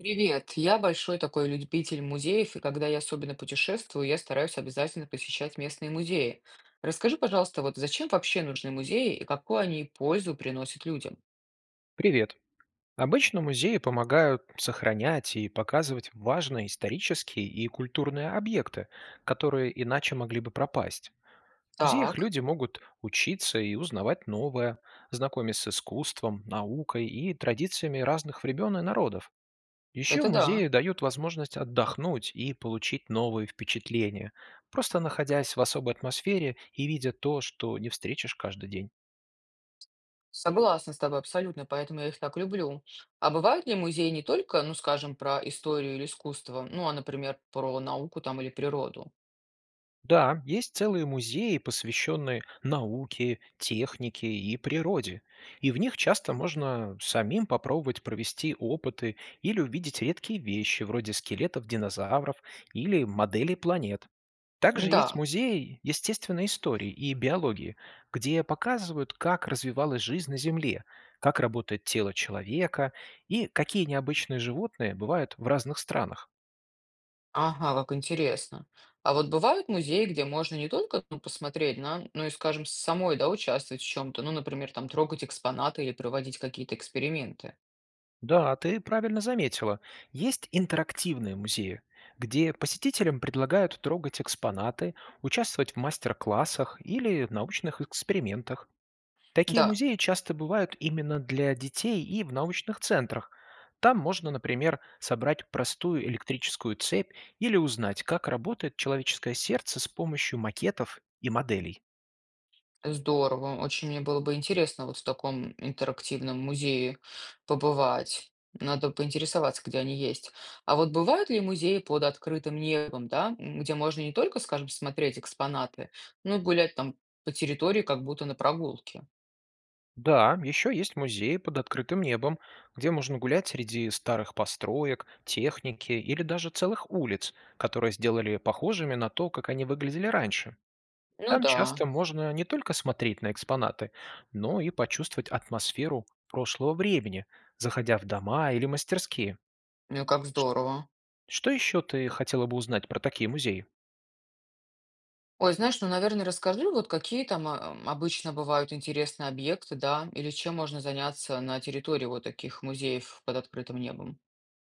Привет! Я большой такой любитель музеев, и когда я особенно путешествую, я стараюсь обязательно посещать местные музеи. Расскажи, пожалуйста, вот зачем вообще нужны музеи и какую они пользу приносят людям? Привет. Обычно музеи помогают сохранять и показывать важные исторические и культурные объекты, которые иначе могли бы пропасть. В музеях Так, люди могут учиться и узнавать новое, знакомясь с искусством, наукой и традициями разных времен и народов. Еще это да. музеи дают возможность отдохнуть и получить новые впечатления, просто находясь в особой атмосфере и видя то, что не встретишь каждый день. Согласна с тобой абсолютно, поэтому я их так люблю. А бывают ли музеи не только, ну, скажем, про историю или искусство, ну, а, например, про науку там или природу? Да, есть целые музеи, посвященные науке, технике и природе. И в них часто можно самим попробовать провести опыты или увидеть редкие вещи, вроде скелетов динозавров или моделей планет. Также есть Да. музеи естественной истории и биологии, где показывают, как развивалась жизнь на Земле, как работает тело человека и какие необычные животные бывают в разных странах. Ага, как интересно. А вот бывают музеи, где можно не только ну, посмотреть, на, но и, скажем, самой, да, участвовать в чем-то, ну, например, там трогать экспонаты или проводить какие-то эксперименты. Да, ты правильно заметила. Есть интерактивные музеи, где посетителям предлагают трогать экспонаты, участвовать в мастер-классах или научных экспериментах. Такие Да, музеи часто бывают именно для детей и в научных центрах. Там можно, например, собрать простую электрическую цепь или узнать, как работает человеческое сердце с помощью макетов и моделей. здорово. Очень мне было бы интересно вот в таком интерактивном музее побывать. Надо поинтересоваться, где они есть. А вот бывают ли музеи под открытым небом, да, где можно не только, скажем, смотреть экспонаты, но и гулять там по территории, как будто на прогулке? Да, еще есть музеи под открытым небом, где можно гулять среди старых построек, техники или даже целых улиц, которые сделали похожими на то, как они выглядели раньше. Ну Там да, часто можно не только смотреть на экспонаты, но и почувствовать атмосферу прошлого времени, заходя в дома или мастерские. ну как здорово. Что еще ты хотела бы узнать про такие музеи? Ой, знаешь, ну, наверное, расскажи, вот какие там обычно бывают интересные объекты, да, или чем можно заняться на территории вот таких музеев под открытым небом.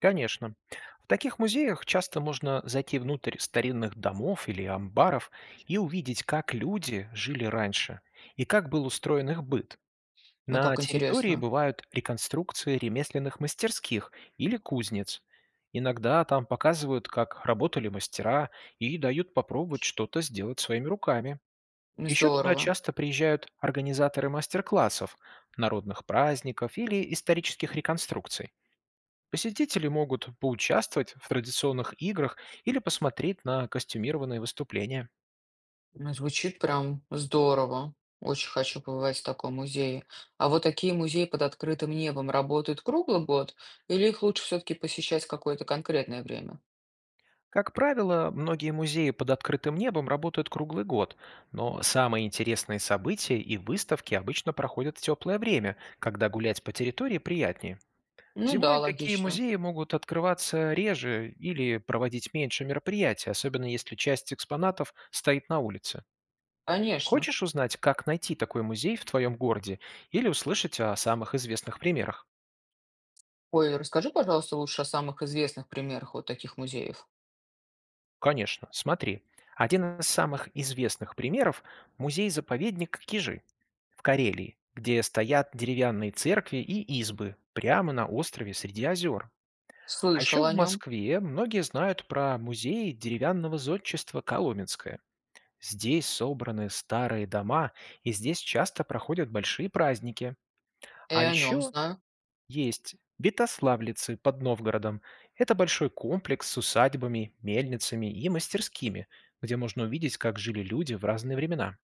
Конечно. В таких музеях часто можно зайти внутрь старинных домов или амбаров и увидеть, как люди жили раньше и как был устроен их быт. Ну, На как территории интересно. бывают реконструкции ремесленных мастерских или кузнец. Иногда там показывают, как работали мастера и дают попробовать что-то сделать своими руками. Еще туда Здорово. часто приезжают организаторы мастер-классов, народных праздников или исторических реконструкций. Посетители могут поучаствовать в традиционных играх или посмотреть на костюмированные выступления. Ну, звучит прям здорово. Очень хочу побывать в таком музее. А вот такие музеи под открытым небом работают круглый год, или их лучше все-таки посещать в какое-то конкретное время? Как правило, многие музеи под открытым небом работают круглый год, но самые интересные события и выставки обычно проходят в теплое время, когда гулять по территории приятнее. Ну да, Зимой такие логично. музеи могут открываться реже или проводить меньше мероприятий, особенно если часть экспонатов стоит на улице. Конечно. Хочешь узнать, как найти такой музей в твоем городе или услышать о самых известных примерах? Ой, расскажи, пожалуйста, лучше о самых известных примерах вот таких музеев. Конечно, смотри. Один из самых известных примеров — музей-заповедник Кижи в Карелии, где стоят деревянные церкви и избы прямо на острове среди озер. А Слышал еще о в нем. Москве многие знают про музей деревянного зодчества Коломенское. Здесь собраны старые дома, и здесь часто проходят большие праздники. А Я о нем еще знаю. есть Витославлицы под Новгородом — это большой комплекс с усадьбами, мельницами и мастерскими, где можно увидеть, как жили люди в разные времена.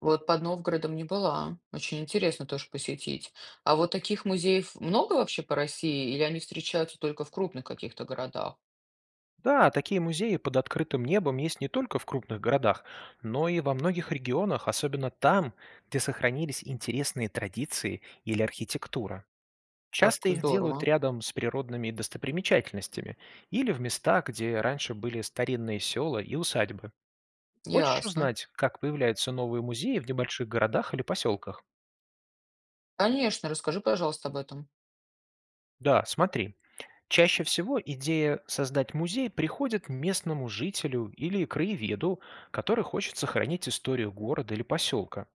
Вот под Новгородом не была. Очень интересно тоже посетить. А вот таких музеев много вообще по России, или они встречаются только в крупных каких-то городах? Да, такие музеи под открытым небом есть не только в крупных городах, но и во многих регионах, особенно там, где сохранились интересные традиции или архитектура. Так Часто их делают здорово. рядом с природными достопримечательностями или в местах, где раньше были старинные села и усадьбы. Хочешь Ясно. узнать, как появляются новые музеи в небольших городах или поселках? Конечно, расскажи, пожалуйста, об этом. Да, смотри. Чаще всего идея создать музей приходит местному жителю или краеведу, который хочет сохранить историю города или поселка.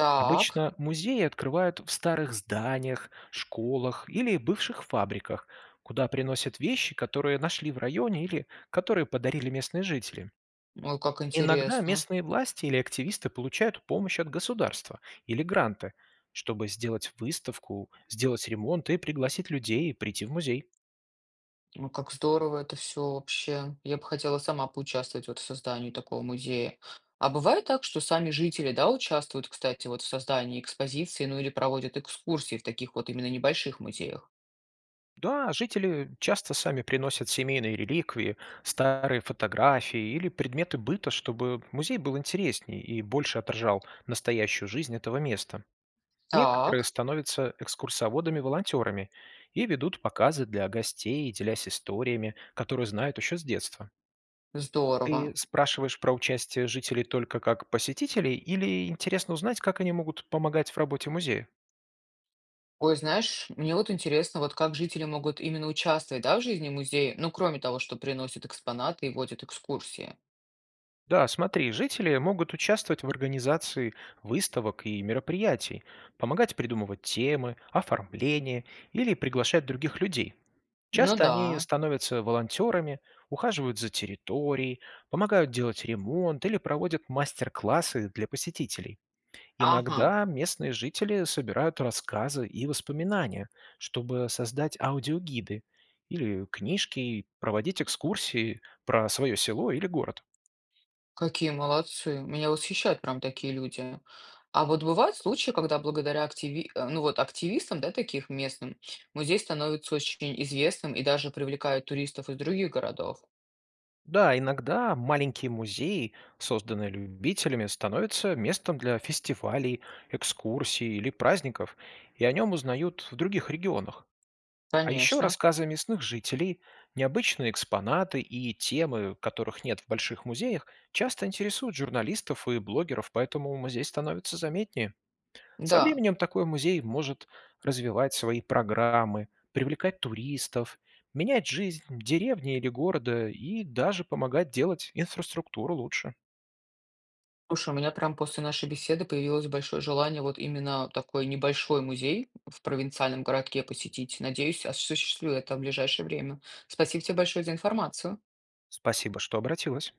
Так, Обычно музеи открывают в старых зданиях, школах или бывших фабриках, куда приносят вещи, которые нашли в районе или которые подарили местные жители. ой, как Иногда интересно. местные власти или активисты получают помощь от государства или гранты, чтобы сделать выставку, сделать ремонт и пригласить людей прийти в музей. Ну, как здорово это все вообще. Я бы хотела сама поучаствовать вот в создании такого музея. А бывает так, что сами жители, да, участвуют, кстати, вот в создании экспозиции, ну или проводят экскурсии в таких вот именно небольших музеях? Да, жители часто сами приносят семейные реликвии, старые фотографии или предметы быта, чтобы музей был интереснее и больше отражал настоящую жизнь этого места. Некоторые Так. становятся экскурсоводами-волонтерами и ведут показы для гостей, делясь историями, которые знают еще с детства. Ты Здорово. спрашиваешь про участие жителей только как посетителей или интересно узнать, как они могут помогать в работе музея? Ой, знаешь, мне вот интересно, вот как жители могут именно участвовать, да, в жизни музея, ну, кроме того, что приносят экспонаты и водят экскурсии. Да, смотри, жители могут участвовать в организации выставок и мероприятий, помогать придумывать темы, оформление или приглашать других людей. Ну Часто да. они становятся волонтерами, ухаживают за территорией, помогают делать ремонт или проводят мастер-классы для посетителей. Ага. Иногда местные жители собирают рассказы и воспоминания, чтобы создать аудиогиды или книжки и проводить экскурсии про свое село или город. Какие молодцы. Меня восхищают прям такие люди. А вот бывают случаи, когда ну вот, активистам, да, таких местным, музей становится очень известным и даже привлекает туристов из других городов. Да, иногда маленькие музеи, созданные любителями, становятся местом для фестивалей, экскурсий или праздников, и о нем узнают в других регионах. А еще Конечно. рассказы местных жителей, необычные экспонаты и темы, которых нет в больших музеях, часто интересуют журналистов и блогеров, поэтому музей становится заметнее. Со Да. временем такой музей может развивать свои программы, привлекать туристов, менять жизнь деревни или города и даже помогать делать инфраструктуру лучше. Слушай, у меня прям после нашей беседы появилось большое желание вот именно такой небольшой музей в провинциальном городке посетить. Надеюсь, осуществлю это в ближайшее время. Спасибо тебе большое за информацию. Спасибо, что обратилась.